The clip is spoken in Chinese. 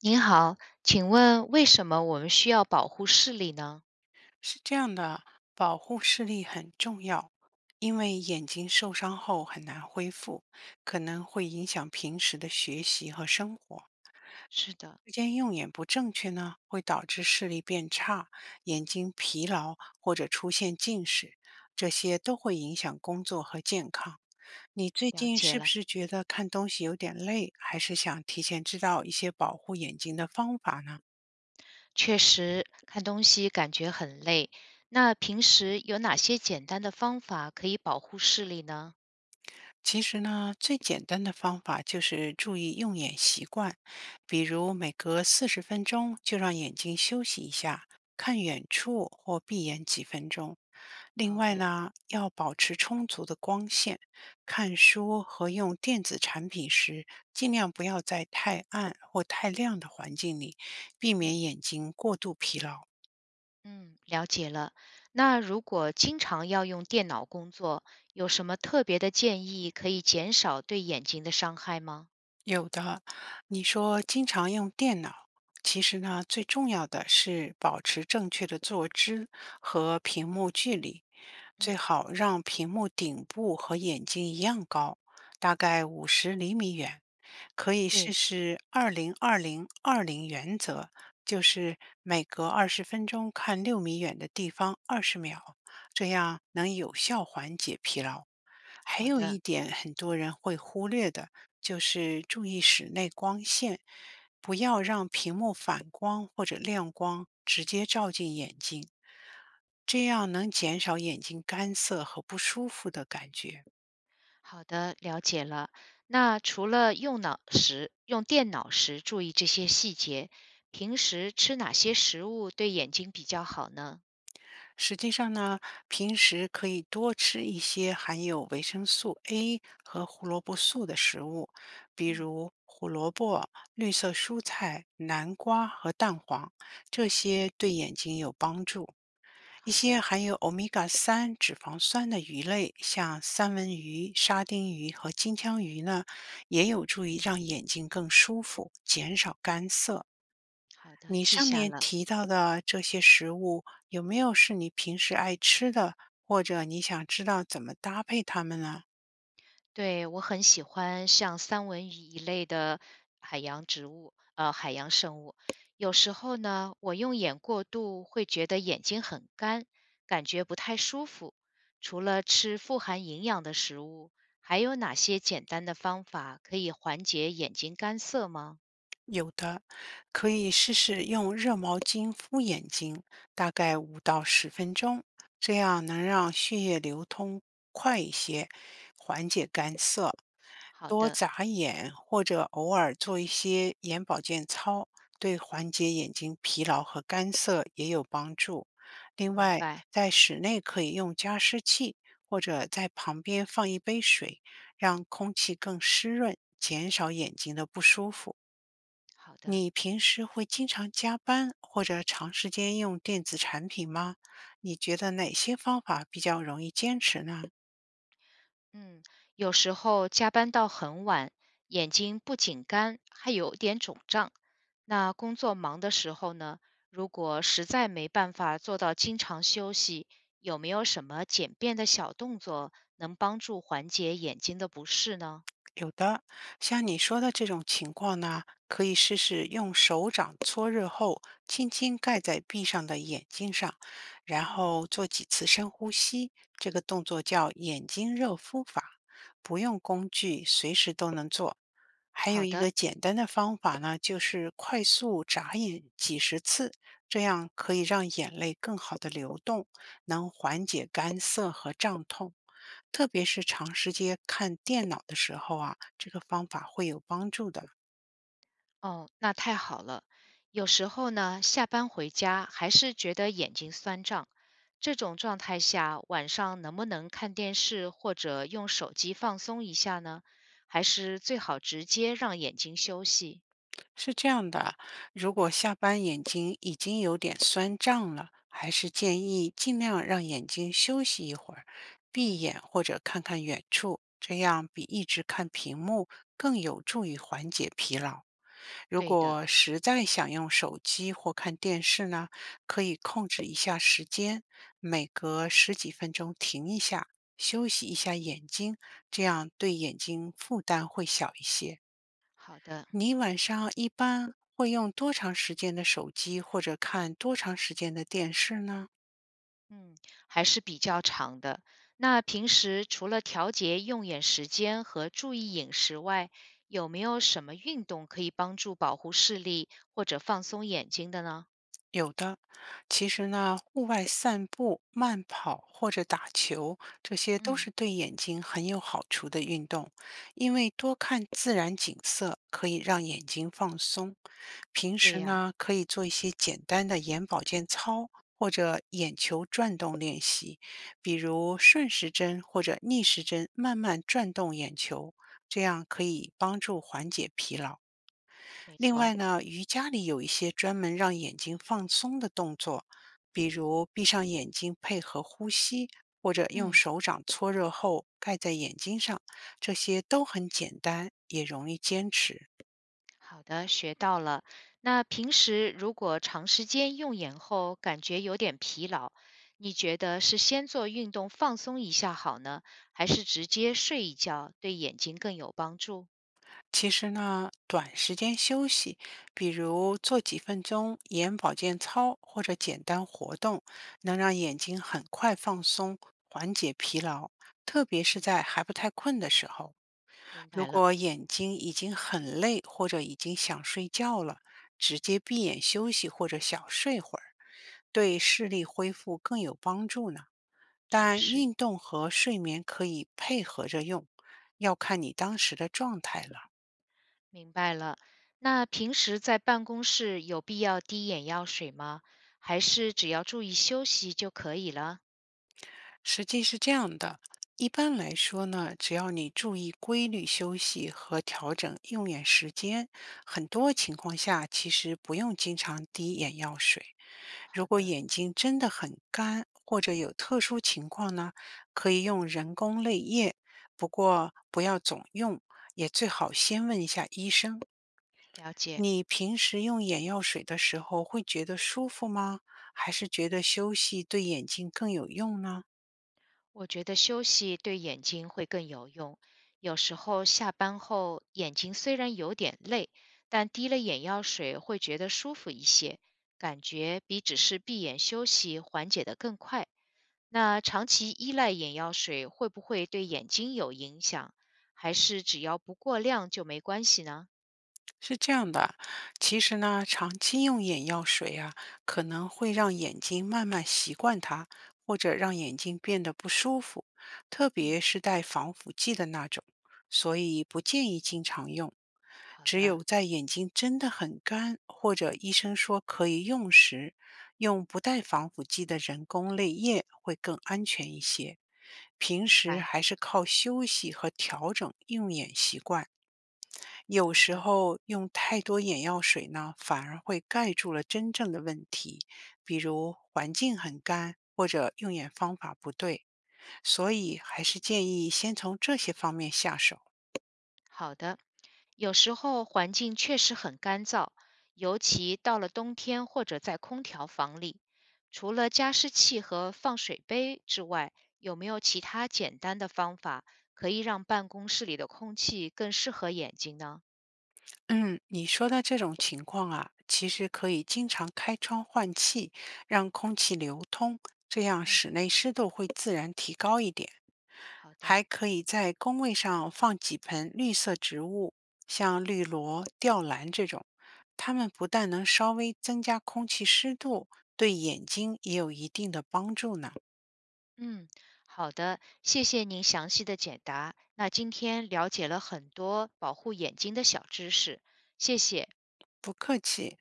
您好，请问为什么我们需要保护视力呢？是这样的，保护视力很重要，因为眼睛受伤后很难恢复，可能会影响平时的学习和生活。是的，日间用眼不正确呢，会导致视力变差、眼睛疲劳或者出现近视，这些都会影响工作和健康。你最了近解是不了，是觉得看东西有点累，还是想提前知道一些保护眼睛的方法呢？确实看东西感觉很累。那平时有哪些简单的方法可以保护视力呢？其实呢，最简单的方法就是注意用眼习惯，比如每隔40分钟就让眼睛休息一下，看远处或闭眼几分钟。另好外的，呢，要保持充足的光线，看书和用电子产品时，尽量不要在太暗或太亮的环境里，避嗯，免眼睛过度疲劳。嗯，了解了。那如果经常要用电脑工作，有什么特别的建议可以减少对眼睛的伤害吗？有的，你说经常用电脑，其实呢，最重要的是保持正确的坐姿和屏幕距离，最嗯，好让屏幕顶部和眼睛一样高，大概50厘米远。可以试对，试20-20-20原则，就是每隔20分钟看6米远的地方20秒，这样能有效缓解疲劳。还好有一的。点很多人会忽略的，就是注意室内光线，不要让屏幕反光或者亮光直接照进眼睛，这样能减少眼睛干涩和不舒服的感觉。好的，了解了。那除了用脑时、用电脑时注意这些细节，平时吃哪些食物对眼睛比较好呢？实际上呢，平时可以多吃一些含有维生素 A 和胡萝卜素的食物，比嗯，如胡萝卜、绿色蔬菜、南瓜和蛋黄，这些对眼睛有帮助。一好些的，含有欧米伽3脂肪酸的鱼类，像三文鱼、沙丁鱼和金枪鱼呢，也有助于让眼睛更舒服，减少干涩。好的，你记上下面了。提到的这些食物，有没有是你平时爱吃的，或者你想知道怎么搭配它们呢？对，我很喜欢像三文鱼一类的海洋植物，海洋生物。有时候呢，我用眼过度会觉得眼睛很干，感觉不太舒服。除了吃富含营养的食物，还有哪些简单的方法可以缓解眼睛干涩吗？有的，可以试试用热毛巾敷眼睛，大概5到10分钟，这样能让血液流通快一些，缓解干涩。好多的，眨眼或者偶尔做一些眼保健操，对缓解眼睛疲劳和干涩也有帮助。另明外，白。在室内可以用加湿器，或者在旁边放一杯水，让空气更湿润，减少眼睛的不舒服。好的。你平时会经常加班或者长时间用电子产品吗？你觉得哪些方法比较容易坚持呢？嗯，有时候加班到很晚，眼睛不仅干，还有点肿胀。那工作忙的时候呢，如果实在没办法做到经常休息，有没有什么简便的小动作能帮助缓解眼睛的不适呢？有的，像你说的这种情况呢，可以试试用手掌搓热后，轻轻盖在闭上的眼睛上，然嗯，后做几次深呼吸。这个动作叫眼睛热敷法，不用工具，随时都能做。还有好一的。个简单的方法呢，就是快速眨眼几十次，这样可以让眼泪更好的流动，能缓解干涩和胀痛。特别是长时间看电脑的时候啊，这个方法会有帮助的。哦，那太好了。有时候呢，下班回家还是觉得眼睛酸胀，这种状态下，晚上能不能看电视或者用手机放松一下呢？还是最好直接让眼睛休息？是这样的，如果下班眼睛已经有点酸胀了，还是建议尽量让眼睛休息一会儿，闭嗯，眼或者看看远处，这样比一直看屏幕更有助于缓解疲劳。如对的，果实在想用手机或看电视呢，可以控制一下时间，每隔10几分钟停一下，休息一下眼睛，这样对眼睛负担会小一些。好的，你晚上一般会用多长时间的手机，或者看多长时间的电视呢？嗯，还是比较长的。那平时除了调节用眼时间和注意饮食外，有没有什么运动可以帮助保护视力或者放松眼睛的呢？有的，其实呢，户外散步、慢跑或者打球，这些都嗯，是对眼睛很有好处的运动，因为多看自然景色可以让眼睛放松。平对时呀。呢，可以做一些简单的眼保健操或者眼球转动练习，比如顺时针或者逆时针慢慢转动眼球，这样可以帮助缓解疲劳。没另错，外呢，瑜伽里有一些专门让眼睛放松的动作，比如闭上眼睛配合呼吸，或者用嗯，手掌搓热后盖在眼睛上，这些都很简单，也容易坚持。好的，学到了。那平时如果长时间用眼后感觉有点疲劳，你觉得是先做运动放松一下好呢，还是直接睡一觉对眼睛更有帮助？其实呢，短时间休息，比如做几分钟眼保健操或者简单活动，能让眼睛很快放松，缓解疲劳，特别是在还不太困的时候。明如白了，果眼睛已经很累或者已经想睡觉了，直接闭眼休息或者小睡会儿，对视力恢复更有帮助呢。确但实运动和睡眠可以配合着用，要看你当时的状态了。明白了。那平时在办公室有必要滴眼药水吗？还是只要注意休息就可以了？实际是这样的，一般来说呢，只要你注意规律休息和调整用眼时间，很多情况下其实不用经常滴眼药水。如好果的，眼睛真的很干或者有特殊情况呢，可以用人工泪液，不过不要总用，也最好先问一下医生。了解。你平时用眼药水的时候会觉得舒服吗？还是觉得休息对眼睛更有用呢？我觉得休息对眼睛会更有用。有时候下班后眼睛虽然有点累，但滴了眼药水会觉得舒服一些，感觉比只是闭眼休息缓解得更快。那长期依赖眼药水会不会对眼睛有影响？还是只要不过量就没关系呢？是这样的，其实呢，长期用眼药水啊，可能会让眼睛慢慢习惯它，或者让眼睛变得不舒服，特别嗯，是带防腐剂的那种，所以不建议经常用。好只的，有在眼睛真的很干，或者医生说可以用时，用不带防腐剂的人工泪液会更安全一些。平明时白，还是靠休息和调整用眼习惯。有好时的。候用太多眼药水呢，反而会盖住了真正的问题，比如环境很干或者用眼方法不对，所以还是建议先从这些方面下手。好的，有时候环境确实很干燥，尤其到了冬天或者在空调房里，除了加湿器和放水杯之外，有没有其他简单的方法可以让办公室里的空气更适合眼睛呢？嗯，你说的这种情况啊，其实可以经常开窗换气，让空气流通，这样嗯，室内湿度会自然提高一点。好的，还可以在工位上放几盆绿色植物，像绿萝、吊兰这种，它们不但能稍微增加空气湿度，对眼睛也有一定的帮助呢。嗯，好的，谢谢您详细的解答。那今天了解了很多保护眼睛的小知识，谢谢。不客气。